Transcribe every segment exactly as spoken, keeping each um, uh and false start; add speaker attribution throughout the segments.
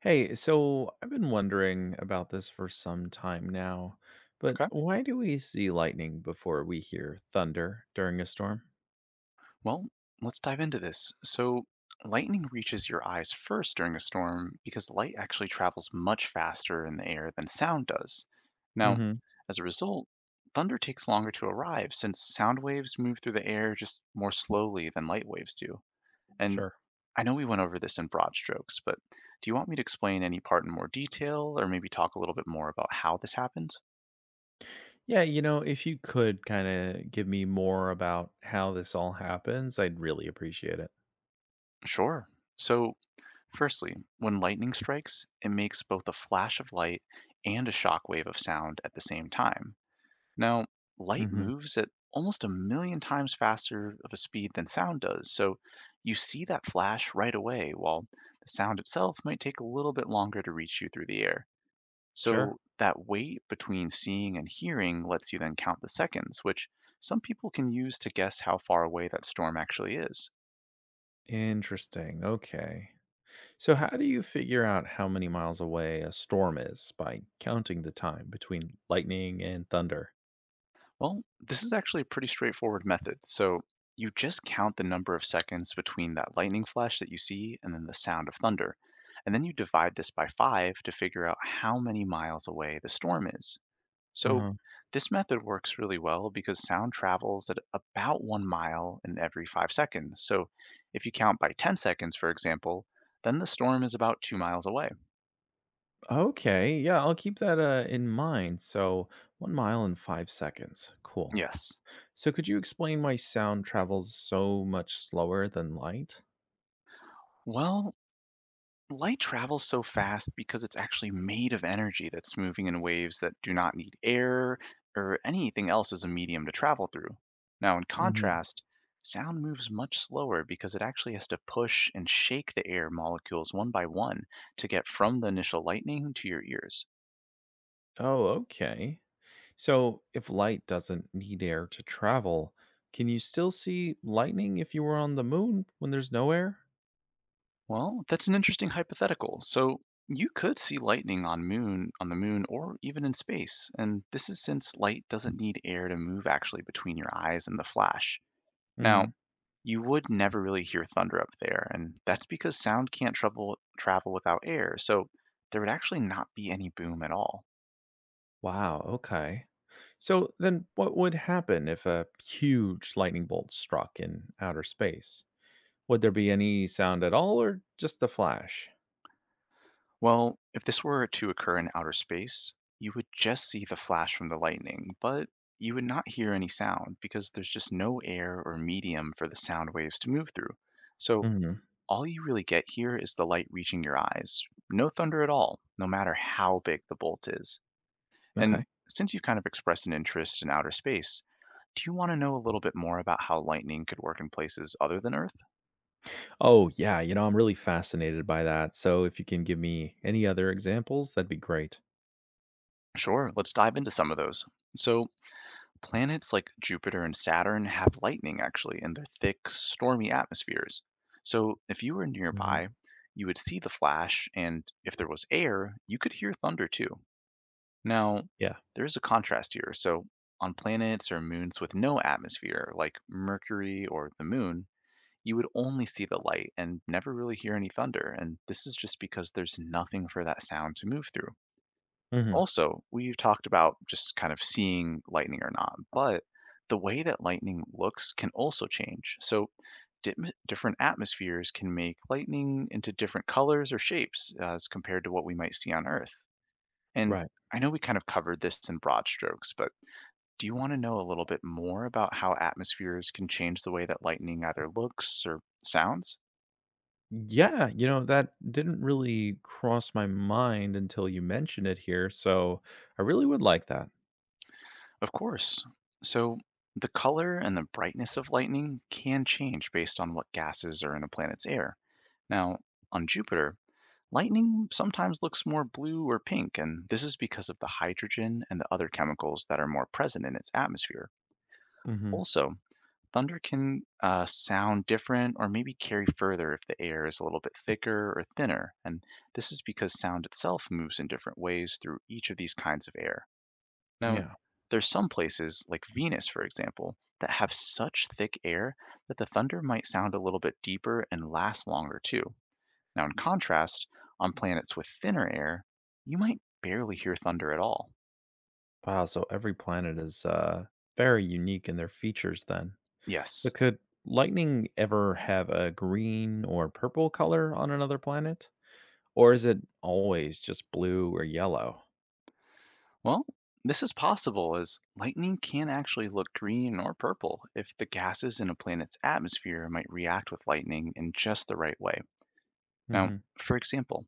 Speaker 1: Hey, so I've been wondering about this for some time now, but
Speaker 2: Okay.
Speaker 1: why do we see lightning before we hear thunder during a storm?
Speaker 2: Well, let's dive into this. So, lightning reaches your eyes first during a storm because light actually travels much faster in the air than sound does. Now,
Speaker 1: Hmm.
Speaker 2: as a result, thunder takes longer to arrive since sound waves move through the air just more slowly than light waves do. And
Speaker 1: Sure.
Speaker 2: I know we went over this in broad strokes, but do you want me to explain any part in more detail or maybe talk a little bit more about how this happens?
Speaker 1: Yeah, you know, if you could kind of give me more about how this all happens, I'd really appreciate it.
Speaker 2: Sure. So, firstly, when lightning strikes, it makes both a flash of light and a shock wave of sound at the same time. Now, light
Speaker 1: Hmm.
Speaker 2: moves at almost a million times faster of a speed than sound does, so you see that flash right away, while the sound itself might take a little bit longer to reach you through the air.
Speaker 1: Sure.
Speaker 2: So, that wait between seeing and hearing lets you then count the seconds, which some people can use to guess how far away that storm actually is.
Speaker 1: Interesting. Okay. So, how do you figure out how many miles away a storm is by counting the time between lightning and thunder?
Speaker 2: Well, this is actually a pretty straightforward method. So you just count the number of seconds between that lightning flash that you see and then the sound of thunder. And then you divide this by five to figure out how many miles away the storm is. So this method works really well because sound travels at about one mile in every five seconds. So if you count by ten seconds, for example, then the storm is about two miles away.
Speaker 1: Okay, yeah, I'll keep that uh, in mind. So, one mile in five seconds. Cool.
Speaker 2: Yes.
Speaker 1: So, could you explain why sound travels so much slower than light?
Speaker 2: Well, light travels so fast because it's actually made of energy that's moving in waves that do not need air or anything else as a medium to travel through. Now, in
Speaker 1: Hmm.
Speaker 2: contrast, sound moves much slower because it actually has to push and shake the air molecules one by one to get from the initial lightning to your ears.
Speaker 1: Oh, okay. So, if light doesn't need air to travel, can you still see lightning if you were on the moon when there's no air?
Speaker 2: Well, that's an interesting hypothetical. So, you could see lightning on moon on the moon or even in space, and this is since light doesn't need air to move actually between your eyes and the flash. Now,
Speaker 1: Hmm.
Speaker 2: you would never really hear thunder up there, and that's because sound can't trouble, travel without air, so there would actually not be any boom at all.
Speaker 1: Wow, okay. So, then what would happen if a huge lightning bolt struck in outer space? Would there be any sound at all or just a flash?
Speaker 2: Well, if this were to occur in outer space, you would just see the flash from the lightning, but you would not hear any sound because there's just no air or medium for the sound waves to move through. So
Speaker 1: Mhm.
Speaker 2: all you really get here is the light reaching your eyes. No thunder at all, no matter how big the bolt is.
Speaker 1: Okay.
Speaker 2: And since you've kind of expressed an interest in outer space, do you want to know a little bit more about how lightning could work in places other than Earth?
Speaker 1: Oh, yeah, you know, I'm really fascinated by that, so if you can give me any other examples, that'd be great.
Speaker 2: Sure, let's dive into some of those. So, planets like Jupiter and Saturn have lightning actually in their thick, stormy atmospheres. So, if you were
Speaker 1: Mhm.
Speaker 2: nearby, you would see the flash, and if there was air, you could hear thunder too. Now,
Speaker 1: Yeah.
Speaker 2: there is a contrast here. So, on planets or moons with no atmosphere, like Mercury or the moon, you would only see the light and never really hear any thunder, and this is just because there's nothing for that sound to move through.
Speaker 1: Mhm.
Speaker 2: Also, we've talked about just kind of seeing lightning or not, but the way that lightning looks can also change. So, di- different atmospheres can make lightning into different colors or shapes as compared to what we might see on Earth. And
Speaker 1: Right.
Speaker 2: I know we kind of covered this in broad strokes, but do you want to know a little bit more about how atmospheres can change the way that lightning either looks or sounds?
Speaker 1: Yeah, you know, that didn't really cross my mind until you mentioned it here, so I really would like that.
Speaker 2: Of course. So, the color and the brightness of lightning can change based on what gases are in a planet's air. Now, on Jupiter, lightning sometimes looks more blue or pink, and this is because of the hydrogen and the other chemicals that are more present in its atmosphere.
Speaker 1: Mhm.
Speaker 2: Also, thunder can uh, sound different or maybe carry further if the air is a little bit thicker or thinner, and this is because sound itself moves in different ways through each of these kinds of air. Now,
Speaker 1: Yeah.
Speaker 2: there's some places, like Venus, for example, that have such thick air that the thunder might sound a little bit deeper and last longer too. Now, in contrast, on planets with thinner air, you might barely hear thunder at all.
Speaker 1: Wow, so every planet is, uh, very unique in their features then.
Speaker 2: Yes.
Speaker 1: But could lightning ever have a green or purple color on another planet? Or is it always just blue or yellow?
Speaker 2: Well, this is possible as lightning can actually look green or purple if the gases in a planet's atmosphere might react with lightning in just the right way. Now,
Speaker 1: Mhm.
Speaker 2: for example,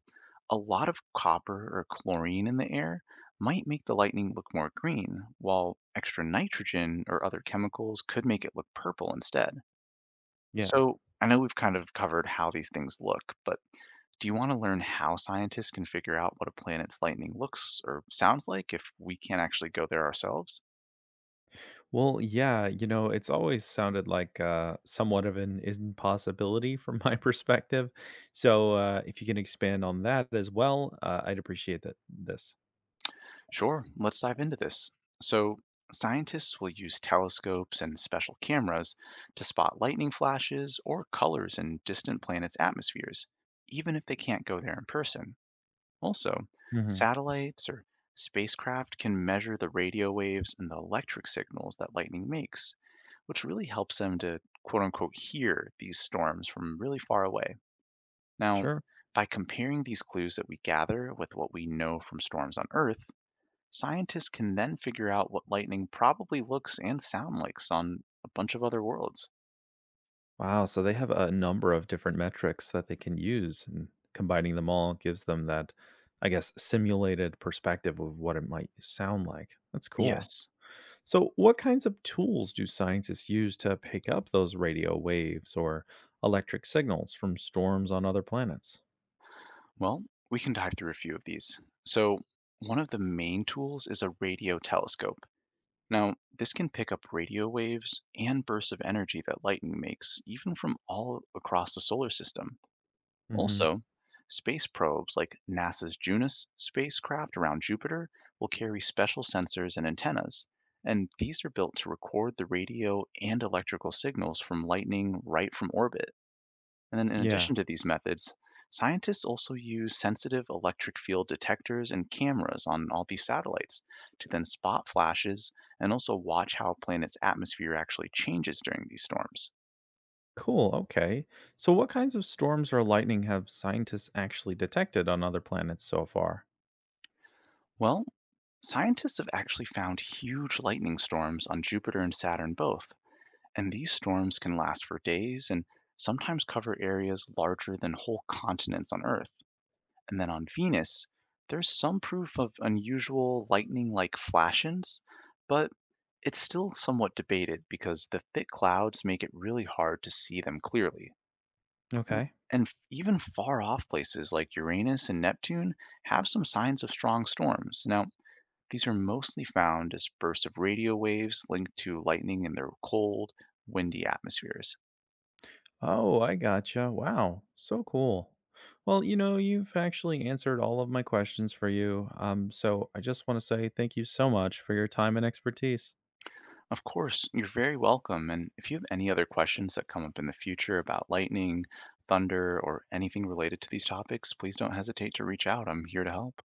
Speaker 2: a lot of copper or chlorine in the air might make the lightning look more green, while extra nitrogen or other chemicals could make it look purple instead.
Speaker 1: Yeah.
Speaker 2: So, I know we've kind of covered how these things look, but do you want to learn how scientists can figure out what a planet's lightning looks or sounds like if we can't actually go there ourselves?
Speaker 1: Well, yeah, you know, it's always sounded like uh, somewhat of an impossibility from my perspective. So uh, if you can expand on that as well, uh, I'd appreciate that. This.
Speaker 2: Sure, let's dive into this. So, scientists will use telescopes and special cameras to spot lightning flashes or colors in distant planets' atmospheres, even if they can't go there in person. Also,
Speaker 1: Hmm.
Speaker 2: satellites or spacecraft can measure the radio waves and the electric signals that lightning makes, which really helps them to quote unquote hear these storms from really far away. Now,
Speaker 1: Sure.
Speaker 2: by comparing these clues that we gather with what we know from storms on Earth, scientists can then figure out what lightning probably looks and sound like on a bunch of other worlds.
Speaker 1: Wow. So they have a number of different metrics that they can use, and combining them all gives them that, I guess, simulated perspective of what it might sound like. That's cool.
Speaker 2: Yes.
Speaker 1: So, what kinds of tools do scientists use to pick up those radio waves or electric signals from storms on other planets?
Speaker 2: Well, we can dive through a few of these. So, one of the main tools is a radio telescope. Now, this can pick up radio waves and bursts of energy that lightning makes, even from all across the solar system.
Speaker 1: Hmm.
Speaker 2: Also, space probes like NASA's Junus spacecraft around Jupiter will carry special sensors and antennas, and these are built to record the radio and electrical signals from lightning right from orbit. And then, in
Speaker 1: Yeah,
Speaker 2: addition to these methods, scientists also use sensitive electric field detectors and cameras on all these satellites to then spot flashes and also watch how a planet's atmosphere actually changes during these storms.
Speaker 1: cool. Okay. So, what kinds of storms or lightning have scientists actually detected on other planets so far?
Speaker 2: Well, scientists have actually found huge lightning storms on Jupiter and Saturn both, and these storms can last for days and sometimes cover areas larger than whole continents on Earth. And then on Venus, there's some proof of unusual lightning like flashes, but it's still somewhat debated because the thick clouds make it really hard to see them clearly. And,
Speaker 1: Okay.
Speaker 2: and f- Even far off places like Uranus and Neptune have some signs of strong storms. Now, these are mostly found as bursts of radio waves linked to lightning in their cold, windy atmospheres.
Speaker 1: Oh, I gotcha. Wow. So cool. Well, you know, you've actually answered all of my questions for you. Um, so, I just want to say thank you so much for your time and expertise.
Speaker 2: Of course, you're very welcome. And if you have any other questions that come up in the future about lightning, thunder, or anything related to these topics, please don't hesitate to reach out. I'm here to help.